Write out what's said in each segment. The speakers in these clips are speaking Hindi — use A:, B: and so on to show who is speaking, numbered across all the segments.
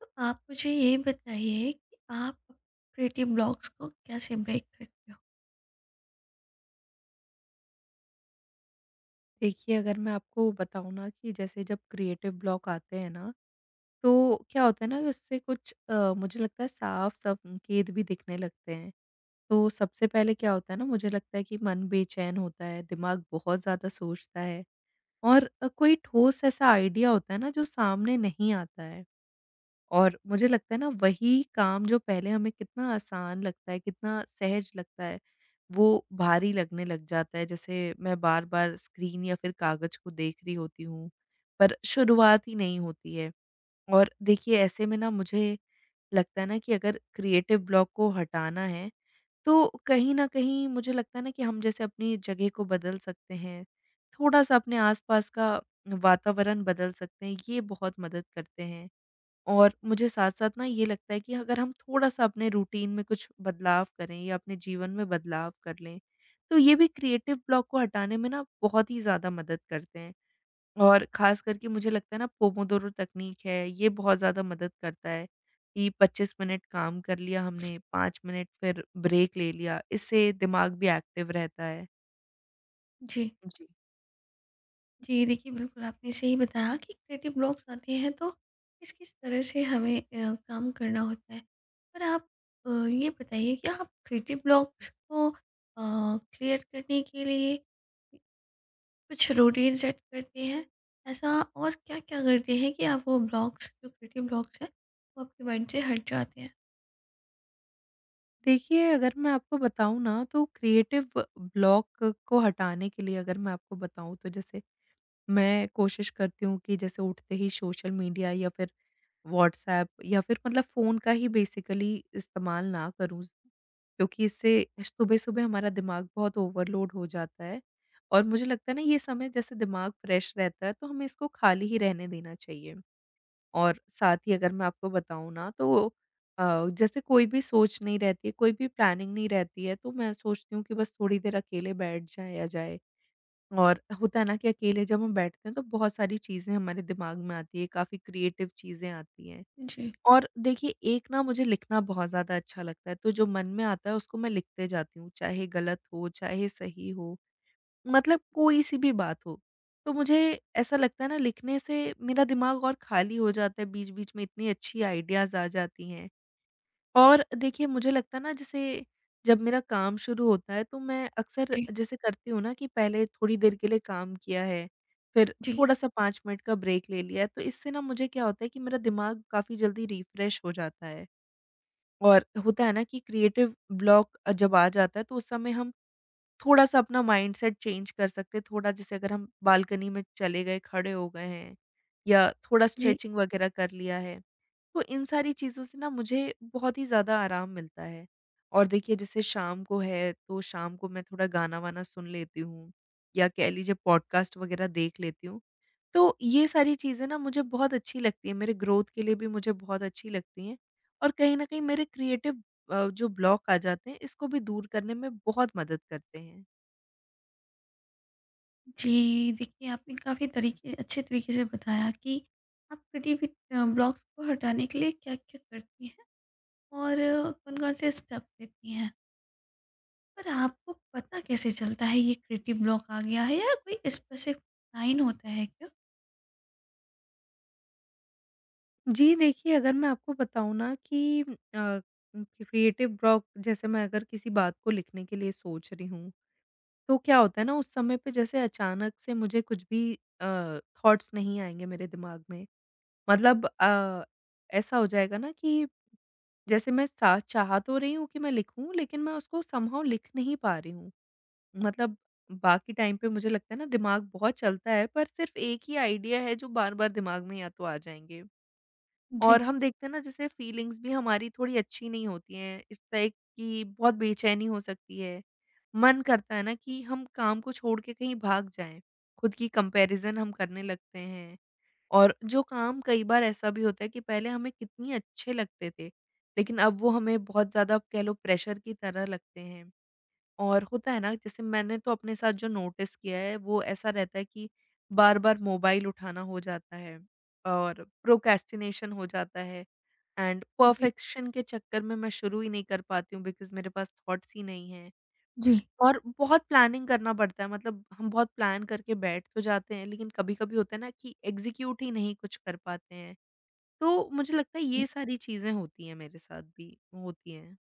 A: तो आप मुझे ये बताइए कि आप क्रिएटिव ब्लॉक्स को कैसे ब्रेक करते हो?
B: देखिए, अगर मैं आपको बताऊँ ना कि जैसे जब क्रिएटिव ब्लॉक आते हैं ना, तो क्या होता है ना कि उससे कुछ मुझे लगता है साफ संकेत भी दिखने लगते हैं। तो सबसे पहले क्या होता है ना मुझे लगता है कि मन बेचैन होता है, दिमाग बहुत ज़्यादा सोचता है और कोई ठोस ऐसा आइडिया होता है ना जो सामने नहीं आता है। और मुझे लगता है ना वही काम जो पहले हमें कितना आसान लगता है, कितना सहज लगता है, वो भारी लगने लग जाता है। जैसे मैं बार-बार स्क्रीन या फिर कागज़ को देख रही होती हूँ, पर शुरुआत ही नहीं होती है। और देखिए ऐसे में ना मुझे लगता है ना कि अगर क्रिएटिव ब्लॉक को हटाना है, तो कहीं न कहीं मुझे लगता है ना कि हम जैसे अपनी जगह को बदल सकते हैं, थोड़ा-सा अपने आस-पास का वातावरण बदल सकते हैं, ये बहुत मदद करते हैं। और मुझे साथ-साथ ना ये लगता है कि अगर हम थोड़ा-सा अपने रूटीन में कुछ बदलाव करें या अपने जीवन में बदलाव कर लें, तो ये भी क्रिएटिव ब्लॉक को हटाने में ना बहुत ही ज़्यादा मदद करते हैं। और ख़ास करके मुझे लगता है ना पोमोदोरो तकनीक है, ये बहुत ज़्यादा मदद करता है कि 25 मिनट काम कर लिया हमने, 5 मिनट फिर ब्रेक ले लिया, इससे दिमाग भी एक्टिव रहता है।
A: जी।
B: जी।
A: जी, देखिए बिल्कुल आपने सही बताया कि क्रिएटिव ब्लॉक्स आते हैं तो किस-किस तरह से हमें काम करना होता है। पर आप ये बताइए कि आप क्रिएटिव ब्लॉक्स को क्लियर करने के लिए कुछ रूटीन सेट करते हैं? ऐसा और क्या-क्या करते हैं कि आप वो ब्लॉक्स जो क्रिएटिव ब्लॉक्स हैं, वो आपके माइंड से हट जाते हैं?
B: देखिए, अगर मैं आपको बताऊँ ना तो क्रिएटिव ब्लॉक को हटाने के लिए अगर मैं आपको बताऊँ तो जैसे मैं कोशिश करती हूँ कि जैसे उठते ही सोशल मीडिया या फिर व्हाट्सएप या फिर मतलब फ़ोन का ही बेसिकली इस्तेमाल ना करूँ। क्योंकि इससे सुबह-सुबह हमारा दिमाग बहुत ओवरलोड हो जाता है और मुझे लगता है ना ये समय जैसे दिमाग फ्रेश रहता है तो हमें इसको खाली ही रहने देना चाहिए। और साथ ही अगर मैं आपको बताऊँ ना तो जैसे कोई भी सोच नहीं रहती है, कोई भी प्लानिंग नहीं रहती है तो मैं सोचती हूँ कि बस थोड़ी देर अकेले बैठ जाया जाए। और होता है ना कि अकेले जब हम बैठते हैं तो बहुत सारी चीज़ें हमारे दिमाग में आती है, काफ़ी क्रिएटिव चीज़ें आती हैं।
A: जी,
B: और देखिए एक ना मुझे लिखना बहुत ज़्यादा अच्छा लगता है, तो जो मन में आता है उसको मैं लिखते जाती हूँ, चाहे गलत हो, चाहे सही हो, मतलब कोई-सी भी बात हो। तो मुझे ऐसा लगता है ना लिखने से मेरा दिमाग और खाली हो जाता है, बीच-बीच में इतनी अच्छी आइडियाज़ आ जाती हैं। और देखिए मुझे लगता है ना जैसे जब मेरा काम शुरू होता है तो मैं अक्सर
A: जी,
B: जैसे करती हूँ ना कि पहले थोड़ी देर के लिए काम किया है, फिर
A: जी।
B: थोड़ा-सा 5 मिनट का ब्रेक ले लिया है, तो इससे ना मुझे क्या होता है कि मेरा दिमाग काफ़ी जल्दी रिफ्रेश हो जाता है। और होता है ना कि क्रिएटिव ब्लॉक जब आ जाता है तो उस समय हम थोड़ा-सा अपना माइंडसेट चेंज कर सकते हैं, थोड़ा जैसे अगर हम बालकनी में चले गए, खड़े हो गए हैं या थोड़ा
A: जी
B: स्ट्रेचिंग वगैरह कर लिया है। तो इन सारी चीज़ों से ना मुझे बहुत ही ज़्यादा आराम मिलता है। और देखिए जैसे शाम को है तो शाम को मैं थोड़ा गाना-वाना सुन लेती हूँ या कह लीजिए पॉडकास्ट वग़ैरह देख लेती हूँ। तो ये सारी चीज़ें ना मुझे बहुत अच्छी लगती हैं, मेरे ग्रोथ के लिए भी मुझे बहुत अच्छी लगती हैं और कहीं न कहीं मेरे क्रिएटिव जो ब्लॉक आ जाते हैं इसको भी दूर करने में बहुत मदद करते हैं।
A: जी, देखिए आपने काफ़ी तरीके अच्छे तरीके से बताया कि आप क्रिएटिवि ब्लॉक्स को हटाने के लिए क्या-क्या करती हैं और कौन-कौन से स्टेप लेती हैं। पर आपको पता कैसे चलता है ये क्रिएटिव ब्लॉक आ गया है या कोई स्पेसिफिक साइन होता है क्या?
B: जी, देखिए अगर मैं आपको बताऊँ ना कि क्रिएटिव ब्लॉक जैसे मैं अगर किसी बात को लिखने के लिए सोच रही हूँ तो क्या होता है ना उस समय पे जैसे अचानक से मुझे कुछ भी अ, थॉट्स नहीं आएँगे मेरे दिमाग में। मतलब ऐसा हो जाएगा ना कि जैसे मैं चा चाह तो रही हूँ कि मैं लिखूँ लेकिन मैं उसको समहाउ लिख नहीं पा रही हूँ। मतलब बाकी टाइम पे मुझे लगता है ना दिमाग बहुत चलता है पर सिर्फ़ एक ही आइडिया है जो बार-बार दिमाग में या तो आ जाएँगे।
A: जी।
B: और हम देखते हैं ना जैसे फीलिंग्स भी हमारी थोड़ी अच्छी नहीं होती हैं, इस टाइप की बहुत बेचैनी हो सकती है। मन करता है ना कि हम काम को छोड़ के कहीं भाग जाएँ, खुद की कंपैरिज़न हम करने लगते हैं और जो काम कई बार ऐसा भी होता है कि पहले हमें कितनी अच्छे लगते थे, लेकिन अब वो हमें बहुत ज़्यादा आप कह लो प्रेशर की तरह लगते हैं। और होता है ना जैसे मैंने तो अपने साथ जो नोटिस किया है वो ऐसा रहता है कि बार-बार मोबाइल उठाना हो जाता है और प्रोक्रेस्टिनेशन हो जाता है एंड
A: जी,
B: परफेक्शन के चक्कर में मैं शुरू ही नहीं कर पाती हूँ बिकॉज़ मेरे पास थॉट्स ही नहीं हैं।
A: जी,
B: और बहुत प्लानिंग करना पड़ता है मतलब हम बहुत प्लान करके बैठ तो जाते हैं लेकिन कभी-कभी होता है ना कि एग्ज़ीक्यूट ही नहीं कुछ कर पाते हैं। तो मुझे लगता है ये
A: जी।
B: सारी चीज़ें होती हैं मेरे साथ भी, होती हैं।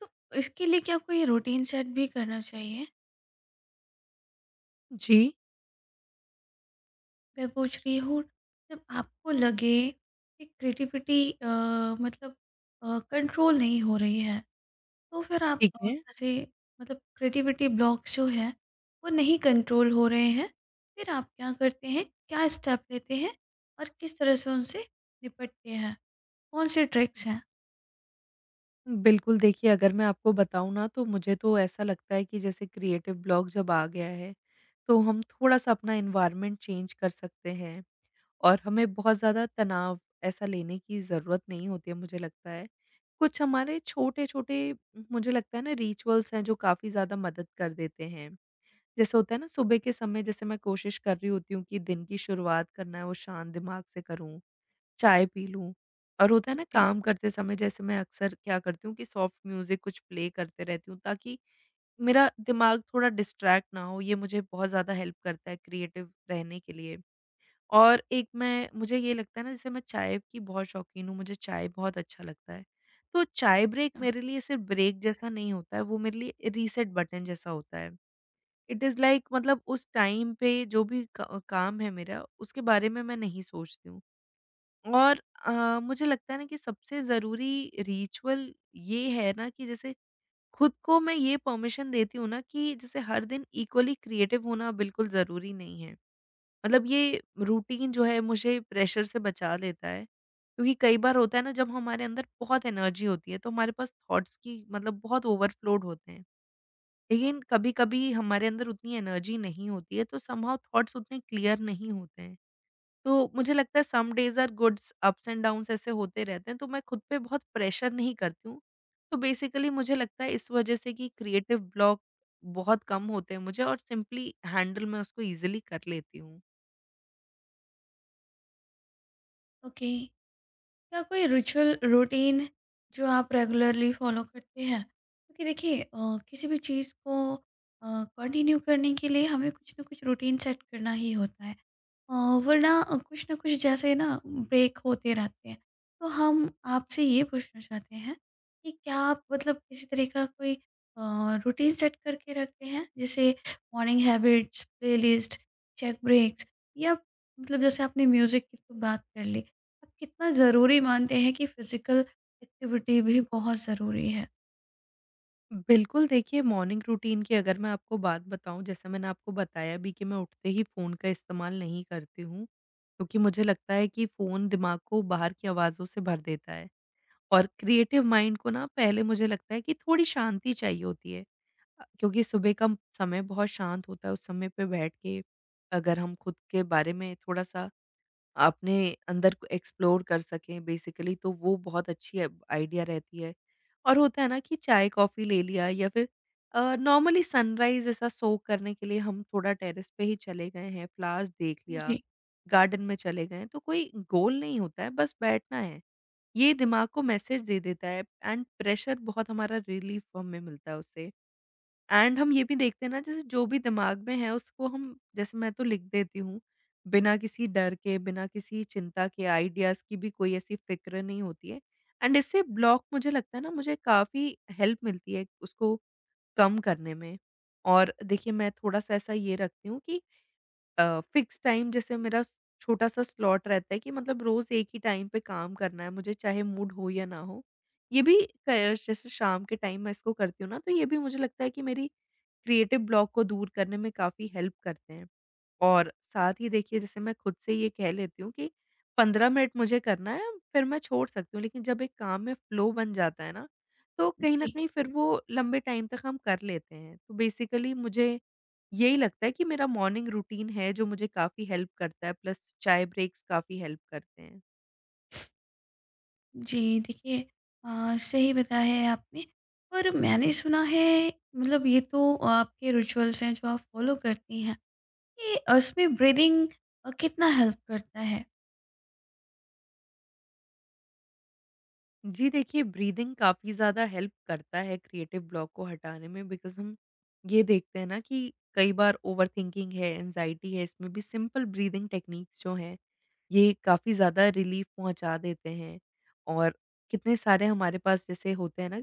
A: तो इसके लिए क्या कोई रूटीन सेट भी करना चाहिए?
B: जी,
A: मैं पूछ रही हूँ जब आपको लगे कि क्रिएटिविटी मतलब कंट्रोल नहीं हो रही है। तो फिर आप
B: ठीक है।
A: जैसे मतलब क्रिएटिविटी ब्लॉक्स जो है वो नहीं कंट्रोल हो रहे हैं फिर आप क्या करते हैं क्या स्टेप लेते हैं और किस तरह से उनसे निपटते हैं कौन से ट्रिक्स हैं
B: बिल्कुल, देखिए अगर मैं आपको बताऊँ ना तो मुझे तो ऐसा लगता है कि जैसे क्रिएटिव ब्लॉक जब आ गया है, तो हम थोड़ा-सा अपना एनवायरनमेंट चेंज कर सकते हैं और हमें बहुत ज़्यादा तनाव ऐसा लेने की ज़रूरत नहीं होती है मुझे लगता है। कुछ हमारे छोटे-छोटे मुझे लगता है ना रिचुअल्स हैं जो काफ़ी ज़्यादा मदद कर देते हैं। जैसे होता है ना सुबह के समय जैसे मैं कोशिश कर रही होती हूँ कि दिन की शुरुआत करना है वो शांत दिमाग से करूँ। चाय पी लूँ और होता है ना
A: जी
B: काम करते समय जैसे मैं अक्सर क्या करती हूँ कि सॉफ्ट म्यूज़िक कुछ प्ले करते रहती हूँ ताकि मेरा दिमाग थोड़ा डिस्ट्रैक्ट ना हो, ये मुझे बहुत ज़्यादा हेल्प करता है क्रिएटिव रहने के लिए। और एक मैं मुझे ये लगता है ना जैसे मैं चाय की बहुत शौकीन हूँ, मुझे चाय बहुत अच्छा लगता है। तो चाय ब्रेक
A: हाँ।
B: मेरे लिए सिर्फ़ ब्रेक जैसा नहीं होता है, वो मेरे लिए रीसेट बटन जैसा होता है। इट इज़ लाइक मतलब उस टाइम पे जो भी क काम है मेरा उसके बारे में मैं नहीं सोचती हूँ। और मुझे लगता है ना कि सबसे ज़रूरी रिचुअल ये है ना कि जैसे खुद को मैं ये परमिशन देती हूँ ना कि जैसे हर दिन इक्वली क्रिएटिव होना बिल्कुल ज़रूरी नहीं है। मतलब ये रूटीन जो है मुझे प्रेशर से बचा लेता है। क्योंकि कई बार होता है ना जब हमारे अंदर बहुत एनर्जी होती है तो हमारे पास थॉट्स की मतलब बहुत ओवरफ्लोड होते हैं। लेकिन कभी-कभी हमारे अंदर उतनी एनर्जी नहीं होती है तो समहाउ थॉट्स उतने क्लियर नहीं होते हैं। तो मुझे लगता है some days are goods, ups and downs ऐसे होते रहते हैं, तो मैं खुद पे बहुत प्रेशर नहीं करती हूँ। तो बेसिकली मुझे लगता है इस वजह से कि क्रिएटिव ब्लॉक बहुत कम होते हैं मुझे और सिंपली हैंडल मैं उसको ईज़िली कर लेती हूँ।
A: ओके, क्या कोई रिचुअल रूटीन जो आप रेगुलरली फॉलो करते हैं क्योंकि देखिए किसी भी चीज़ को कंटिन्यू करने के लिए हमें कुछ ना कुछ रूटीन सेट करना ही होता है, अ, वरना कुछ ना कुछ जैसे ना ब्रेक होते रहते हैं। तो हम आपसे ये पूछना चाहते हैं कि क्या आप मतलब किसी तरह का कोई अ, रूटीन सेट करके रखते हैं? जैसे morning habits, playlist, check breaks या मतलब जैसे आपने म्यूज़िक की तो बात कर ली। आप कितना ज़रूरी मानते हैं कि फ़िज़िकल एक्टिविटी भी बहुत ज़रूरी है?
B: बिल्कुल, देखिए मॉर्निंग रूटीन की अगर मैं आपको बात बताऊँ, जैसे मैंने आपको बताया भी कि मैं उठते ही फ़ोन का इस्तेमाल नहीं करती हूँ, क्योंकि मुझे लगता है कि फ़ोन दिमाग को बाहर की आवाज़ों से भर देता है। और क्रिएटिव माइंड को ना पहले मुझे लगता है कि थोड़ी शांति चाहिए होती है। क्योंकि सुबह का समय बहुत शांत होता है, उस समय पे बैठ के अगर हम खुद के बारे में थोड़ा-सा अपने अंदर को एक्सप्लोर कर सकें बेसिकली तो वो बहुत अच्छी आइडिया रहती है। और होता है ना कि चाय-कॉफ़ी ले लिया या फिर नॉर्मली सनराइज़ ऐसा सोक करने के लिए हम थोड़ा टेरेस पे ही चले गए हैं, फ्लावर्स देख लिया,
A: जी।
B: गार्डन में चले गए हैं, तो कोई गोल नहीं होता है, बस बैठना है। ये दिमाग को मैसेज दे देता है एंड प्रेशर बहुत हमारा रिलीफ़ हमें मिलता है उससे। एंड हम ये भी देखते हैं ना जैसे जो भी दिमाग में है उसको हम जैसे मैं तो लिख देती हूँ, बिना किसी डर के, बिना किसी चिंता के, आइडियाज़ की भी कोई ऐसी फ़िक्र नहीं होती है एंड इससे ब्लॉक मुझे लगता है ना मुझे काफ़ी हेल्प मिलती है उसको कम करने में। और देखिए मैं थोड़ा-सा ऐसा ये रखती हूँ कि फ़िक्स टाइम जैसे मेरा छोटा-सा स्लॉट रहता है कि मतलब रोज़ एक ही टाइम पे काम करना है मुझे चाहे मूड हो या ना हो। ये भी क जैसे शाम के टाइम मैं इसको करती हूँ ना तो ये भी मुझे लगता है कि मेरी क्रिएटिव ब्लॉक को दूर करने में काफ़ी हेल्प करते हैं। और साथ ही देखिए जैसे मैं खुद से ये कह लेती हूँ कि 15 मिनट मुझे करना है फिर मैं छोड़ सकती हूँ, लेकिन जब एक काम में फ्लो बन जाता है ना, तो कहीं न
A: जी
B: कहीं फिर वो लंबे टाइम तक हम कर लेते हैं। तो बेसिकली मुझे यही लगता है कि मेरा मॉर्निंग रूटीन है जो मुझे काफ़ी हेल्प करता है प्लस चाय ब्रेक्स काफ़ी हेल्प करते हैं।
A: जी, देखिए सही बताया है आपने। पर मैंने सुना है मतलब ये तो आपके रिचुअल्स हैं जो आप फ़ॉलो करती हैं, कि उसमें ब्रीदिंग कितना हेल्प करता है?
B: जी देखिए, ब्रीदिंग काफ़ी ज़्यादा हेल्प करता है क्रिएटिव ब्लॉक को हटाने में, बिकॉज़ हम ये देखते हैं ना कि कई बार ओवरथिंकिंग है, एंग्ज़ायटी है, इसमें भी सिंपल ब्रीदिंग टेक्निक्स जो हैं, ये काफ़ी ज़्यादा रिलीफ़ पहुँचा देते हैं। और कितने सारे हमारे पास जैसे होते हैं ना,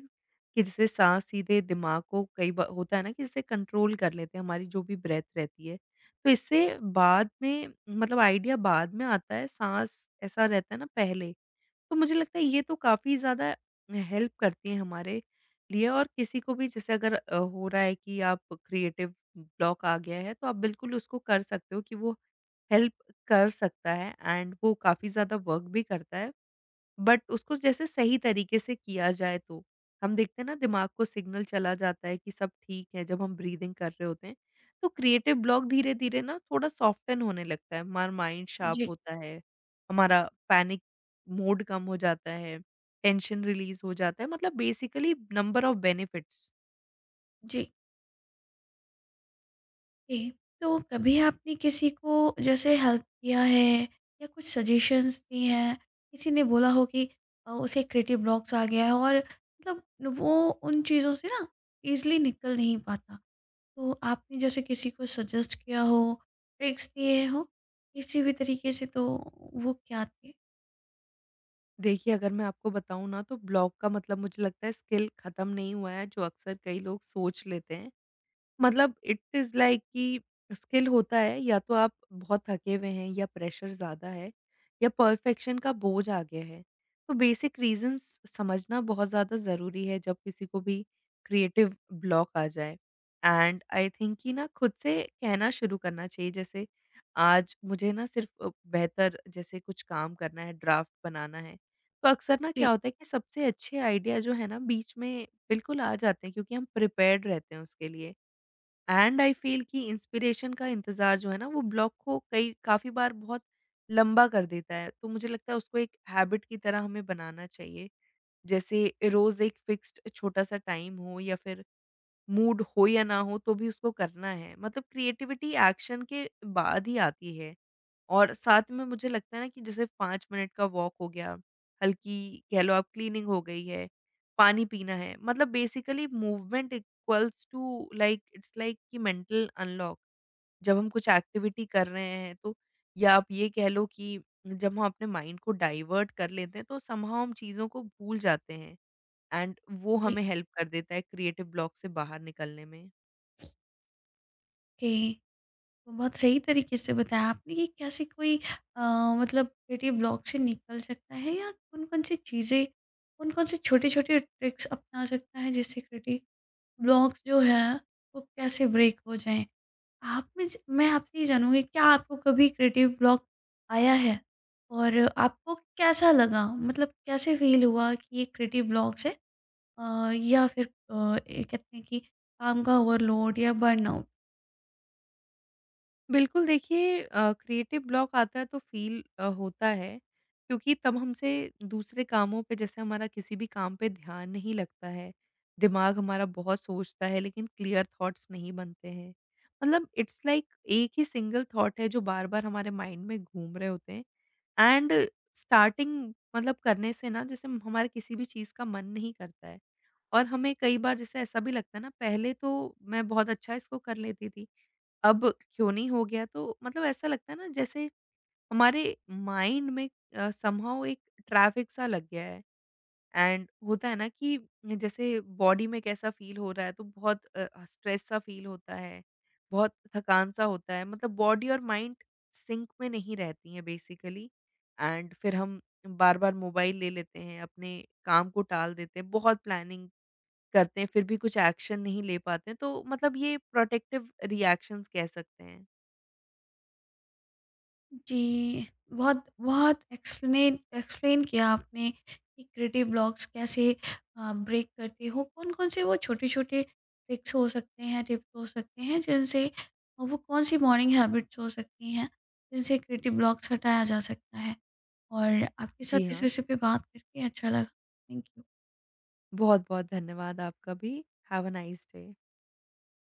B: कि जैसे साँस सीधे दिमाग को कई बा होता है ना, कि जैसे कंट्रोल कर लेते हैं हमारी जो भी ब्रेथ रहती है। तो इससे बाद में मतलब आइडिया बाद में आता है, साँस ऐसा रहता है ना पहले। तो मुझे लगता है ये तो काफ़ी ज़्यादा हेल्प करती हैं हमारे लिए। और किसी को भी जैसे अगर हो रहा है कि आप क्रिएटिव ब्लॉक आ गया है, तो आप बिल्कुल उसको कर सकते हो कि वो हेल्प कर सकता है, एंड वो काफ़ी ज़्यादा वर्क भी करता है, बट उसको जैसे सही तरीके से किया जाए तो। हम देखते हैं ना, दिमाग को सिग्नल चला जाता है कि सब ठीक है जब हम ब्रीदिंग कर रहे होते हैं। तो क्रिएटिव ब्लॉक धीरे-धीरे ना थोड़ा सॉफ्टन होने लगता है, हमारा माइंड शार्प
A: जी,
B: होता है, हमारा पैनिक मोड कम हो जाता है, टेंशन रिलीज़ हो जाता है, मतलब बेसिकली नंबर ऑफ बेनिफिट्स।
A: जी, जी। तो कभी आपने किसी को जैसे हेल्प किया है या कुछ सजेशंस दी हैं, किसी ने बोला हो कि उसे क्रिएटिव ब्लॉक्स आ गया है और मतलब वो उन चीज़ों से ना ईज़िली निकल नहीं पाता। तो आपने जैसे किसी को सजेस्ट किया हो, ट्रिक्स दिए हो, किसी भी तरीके से तो वो क्या थे?
B: देखिए, अगर मैं आपको बताऊँ ना, तो ब्लॉक का मतलब मुझे लगता है स्किल खत्म नहीं हुआ है, जो अक्सर कई लोग सोच लेते हैं। मतलब इट इज़ लाइक कि स्किल होता है, या तो आप बहुत थके हुए हैं या प्रेशर ज़्यादा है या परफेक्शन का बोझ आ गया है। तो बेसिक रीज़न्स समझना बहुत ज़्यादा ज़रूरी है जब किसी को भी क्रिएटिव ब्लॉक आ जाए। एंड आई थिंक कि ना खुद से कहना शुरू करना चाहिए, जैसे आज मुझे ना सिर्फ़ बेहतर जैसे कुछ काम करना है, ड्राफ्ट बनाना है। तो अक्सर ना
A: जी,
B: क्या होता है कि सबसे अच्छे आइडिया जो है ना बीच में बिल्कुल आ जाते हैं, क्योंकि हम प्रिपेयर्ड रहते हैं उसके लिए। एंड आई फ़ील कि इंस्पिरेशन का इंतज़ार जो है ना, वो ब्लॉक को कई काफ़ी बार बहुत लंबा कर देता है। तो मुझे लगता है उसको एक हैबिट की तरह हमें बनाना चाहिए। जैसे रोज़ एक फ़िक्स्ड छोटा-सा टाइम हो, या फिर मूड हो या ना हो तो भी उसको करना है। मतलब क्रिएटिविटी एक्शन के बाद ही आती है। और साथ में मुझे लगता है ना, कि जैसे 5 मिनट का वॉक हो गया, हल्की कह लो आप क्लीनिंग हो गई है, पानी पीना है, मतलब basically movement equals to like, it's like कि मेंटल अनलॉक। जब हम कुछ एक्टिविटी कर रहे हैं तो, या आप ये कह लो कि जब हम अपने माइंड को डाइवर्ट कर लेते हैं, तो समहाउ हम चीज़ों को भूल जाते हैं, एंड वो
A: जी।
B: हमें हेल्प कर देता है क्रिएटिव ब्लॉक से बाहर निकलने में।
A: ओके, तो बहुत सही तरीके से बताया आपने कि कैसे कोई अ, मतलब क्रिएटिव ब्लॉक से निकल सकता है या कौन-कौन सी चीज़ें, कौन-कौन से छोटे-छोटे ट्रिक्स अपना सकता है जिससे क्रिएटिव ब्लॉक्स जो है, वो कैसे ब्रेक हो जाएँ। आप में ज मैं आपसे ये जानूँगी क्या आपको कभी क्रिएटिव ब्लॉक आया है? और आपको कैसा लगा? मतलब कैसे फ़ील हुआ कि ये क्रिएटिव ब्लॉक्स है, या फिर ये कहते हैं कि काम का ओवरलोड या बर्नआउट?
B: बिल्कुल देखिए, क्रिएटिव ब्लॉक आता है तो फील होता है, क्योंकि तब हमसे दूसरे कामों पे जैसे हमारा किसी भी काम पे ध्यान नहीं लगता है। दिमाग हमारा बहुत सोचता है, लेकिन क्लियर थॉट्स नहीं बनते हैं। मतलब इट्स लाइक एक ही सिंगल थॉट है जो बार-बार हमारे माइंड में घूम रहे होते हैं, एंड स्टार्टिंग मतलब करने से ना जैसे हमारा किसी भी चीज़ का मन नहीं करता है। और हमें कई बार जैसे ऐसा भी लगता है ना, पहले तो मैं बहुत अच्छा इसको कर लेती थी। अब क्यों नहीं हो गया, तो मतलब ऐसा लगता है ना जैसे हमारे माइंड में समहाउ एक ट्रैफिक सा लग गया है, एंड होता है ना कि जैसे बॉडी में कैसा फील हो रहा है, तो बहुत स्ट्रेस सा फील होता है, बहुत थकान सा होता है, मतलब बॉडी और माइंड सिंक में नहीं रहती हैं बेसिकली। एंड फिर हम बार-बार मोबाइल ले लेते हैं, अपने काम को टाल देते हैं, बहुत प्लानिंग करते हैं, फिर भी कुछ एक्शन नहीं ले पाते हैं, तो मतलब ये प्रोटेक्टिव रिएक्शंस कह सकते हैं।
A: जी, बहुत बहुत एक्सप्लेन एक्सप्लेन किया आपने कि क्रिएटिव ब्लॉक्स कैसे ब्रेक करते हो, कौन-कौन से वो छोटे-छोटे ट्रिक्स हो सकते हैं, टिप्स हो सकते हैं जिनसे और वो कौन सी मॉर्निंग हैबिट्स हो सकती हैं, जिनसे क्रिएटिव ब्लॉक्स हटाया जा सकता है। और आपके
B: जी
A: साथ इस
B: हाँ,
A: विषय पे बात करके अच्छा लगा। Thank you.
B: बहुत-बहुत धन्यवाद आपका भी। Have a nice day.